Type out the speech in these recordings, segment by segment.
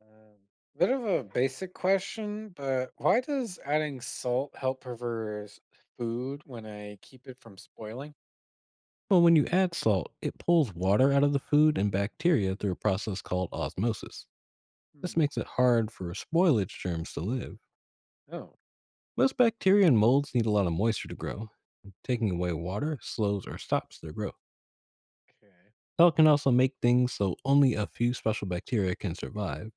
Um, Bit of a basic question, but why does adding salt help preserve food when I keep it from spoiling? Well, when you add salt, it pulls water out of the food and bacteria through a process called osmosis. This Hmm. makes it hard for spoilage germs to live. Oh, Most bacteria and molds need a lot of moisture to grow. Taking away water slows or stops their growth. okay. Salt can also make things so only a few special bacteria can survive.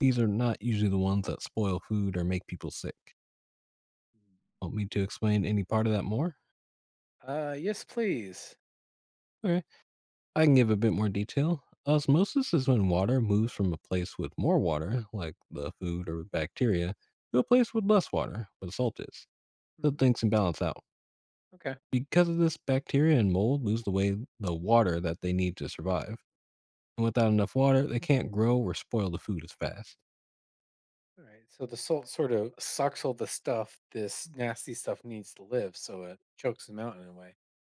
These are not usually the ones that spoil food or make people sick. Mm. Want me to explain any part of that more? Yes, please. Okay. I can give a bit more detail. Osmosis is when water moves from a place with more water, like the food or bacteria, to a place with less water, but salt is. So Hmm. things can balance out. Okay. Because of this, bacteria and mold lose the way the water that they need to survive. And without enough water, they can't grow or spoil the food as fast. All right. So the salt sort of sucks all the stuff this nasty stuff needs to live, so it chokes them out in a way.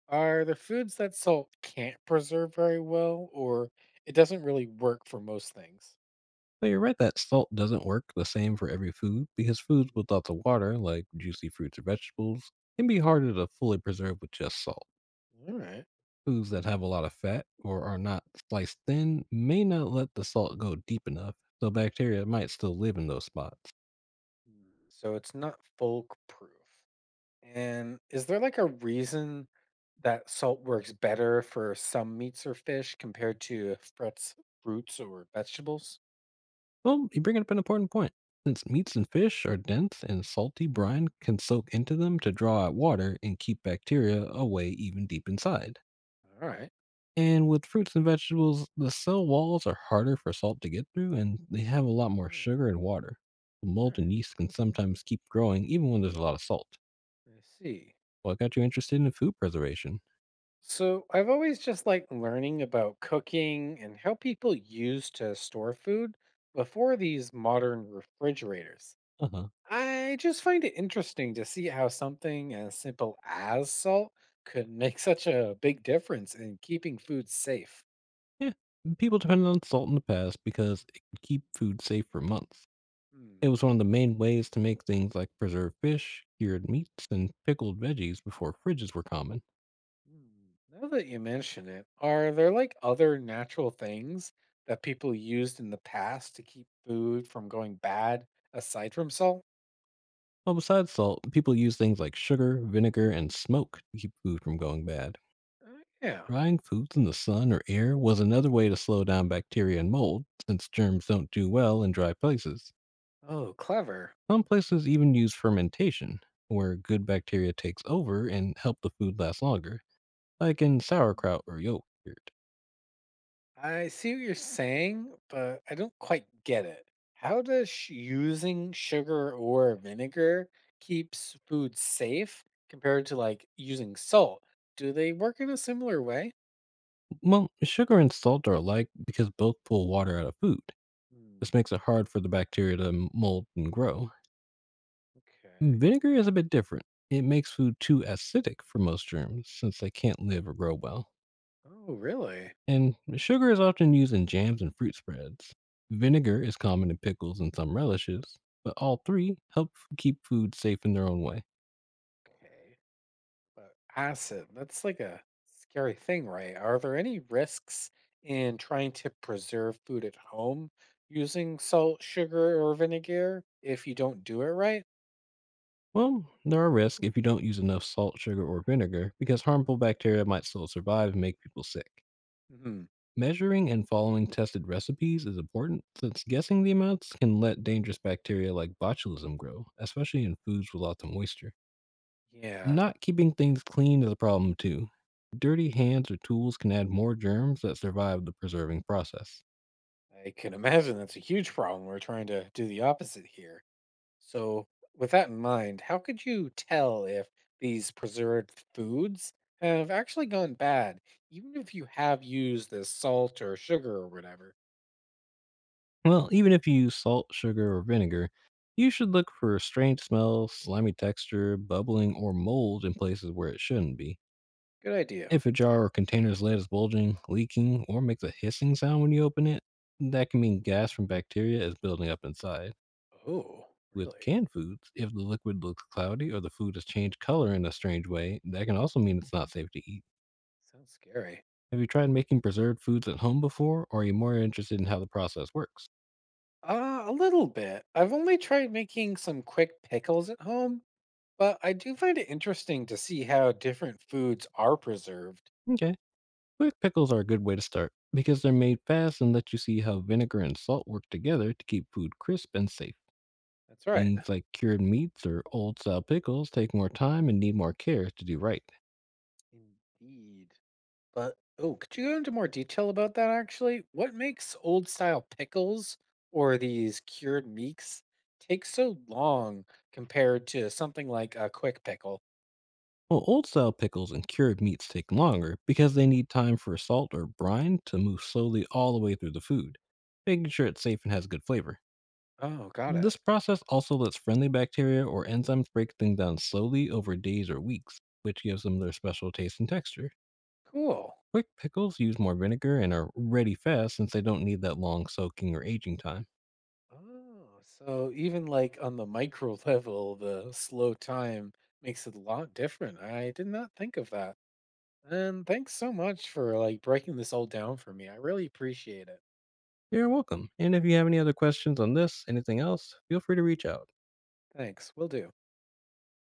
Are there foods that salt can't preserve very well, or it doesn't really work for most things? So you're right that salt doesn't work the same for every food because foods Mhm. with lots of water, like juicy fruits or vegetables, can be harder to fully preserve with just salt. All right. Foods that have a lot of fat or are not sliced thin may not let the salt go deep enough, so bacteria might still live in those spots. Mm. So it's not foolproof. And is there like a reason that salt works better for some meats or fish compared to frets, fruits, or vegetables? Well, you bring up an important point. Since meats and fish are dense and salty brine can soak into them to draw out water and keep bacteria away even deep inside. All right. And with fruits and vegetables, the cell walls are harder for salt to get through and they have a lot more Oh, sugar and water. all Mold right. and yeast can sometimes keep growing even when there's a lot of salt. I see. What got you interested in food preservation? So I've always just liked learning about cooking and how people used to store food before these modern refrigerators. Uh huh. I just find it interesting to see how something as simple as salt could make such a big difference in keeping food safe. Yeah, people depended on salt in the past because it could keep food safe for months. It Hmm. was one of the main ways to make things like preserved fish, cured meats, and pickled veggies before fridges were common. Hmm, now that you mention it, are there like other natural things that people used in the past to keep food from going bad aside from salt? Well, besides salt, people used things like sugar, vinegar, and smoke to keep food from going bad. Yeah. Drying foods in the sun or air was another way to slow down bacteria and mold, since germs don't do well in dry places. Oh, clever. Some places even use fermentation, where good bacteria takes over and help the food last longer, like in Hmm. sauerkraut or yogurt. I see what you're saying, but I don't quite get it. How does using sugar or vinegar keeps food safe compared to like using salt? Do they work in a similar way? Well, sugar and salt are alike because both pull water out of food. Hmm, This makes it hard for the bacteria to mold and grow. okay. Vinegar is a bit different. It makes food too acidic for most germs since they can't live or grow well. Oh, really? And sugar is often used in jams and fruit spreads. Vinegar is common in pickles and some relishes, but all three help keep food safe in their own way. Okay. But acid, that's like a scary thing, right? Are there any risks in trying to preserve food at home using salt, sugar, or vinegar if you don't do it right? Well, there are risks if you don't use enough salt, sugar, or vinegar because harmful bacteria might still survive and make people sick. Hmm. Measuring and following tested recipes is important since guessing the amounts can let dangerous bacteria like botulism grow, especially in foods with lots of moisture. Yeah, Not keeping things clean is a problem too. Dirty hands or tools can add more germs that survive the preserving process. I can imagine that's a huge problem. We're trying to do the opposite here. So, with that in mind, how could you tell if these preserved foods have actually gone bad, even if you have used this salt or sugar or whatever? Well, even if you use salt, sugar, or vinegar, you should look for strange smells, slimy texture, bubbling, or mold in places where it shouldn't be. Good idea. If a jar or container's lid is bulging, leaking, or makes a hissing sound when you open it, that can mean gas from bacteria is building up inside. Oh, With really? canned foods, if the liquid looks cloudy or the food has changed color in a strange way, that can also mean it's not safe to eat. Sounds scary. Have you tried making preserved foods at home before, or are you more interested in how the process works? A little bit. I've only tried making some quick pickles at home, but I do find it interesting to see how different foods are preserved. Okay, quick pickles are a good way to start because they're made fast and let you see how vinegar and salt work together to keep food crisp and safe. That's right. Things like cured meats or old style pickles take more time and need more care to do right. Indeed. But, oh, could you go into more detail about that actually? What makes old style pickles or these cured meats take so long compared to something like a quick pickle? Well, old style pickles and cured meats take longer because they need time for salt or brine to move slowly all the way through the food, making sure it's safe and has good flavor. Oh, got it. This process also lets friendly bacteria or enzymes break things down slowly over days or weeks, which gives them their special taste and texture. Cool. Quick pickles use more vinegar and are ready fast since they don't need that long soaking or aging time. Oh, so even like on the micro level, the slow time makes it a lot different. I did not think of that. And thanks so much for like breaking this all down for me. I really appreciate it. You're welcome. And if you have any other questions on this, anything else, feel free to reach out. Thanks. Will do.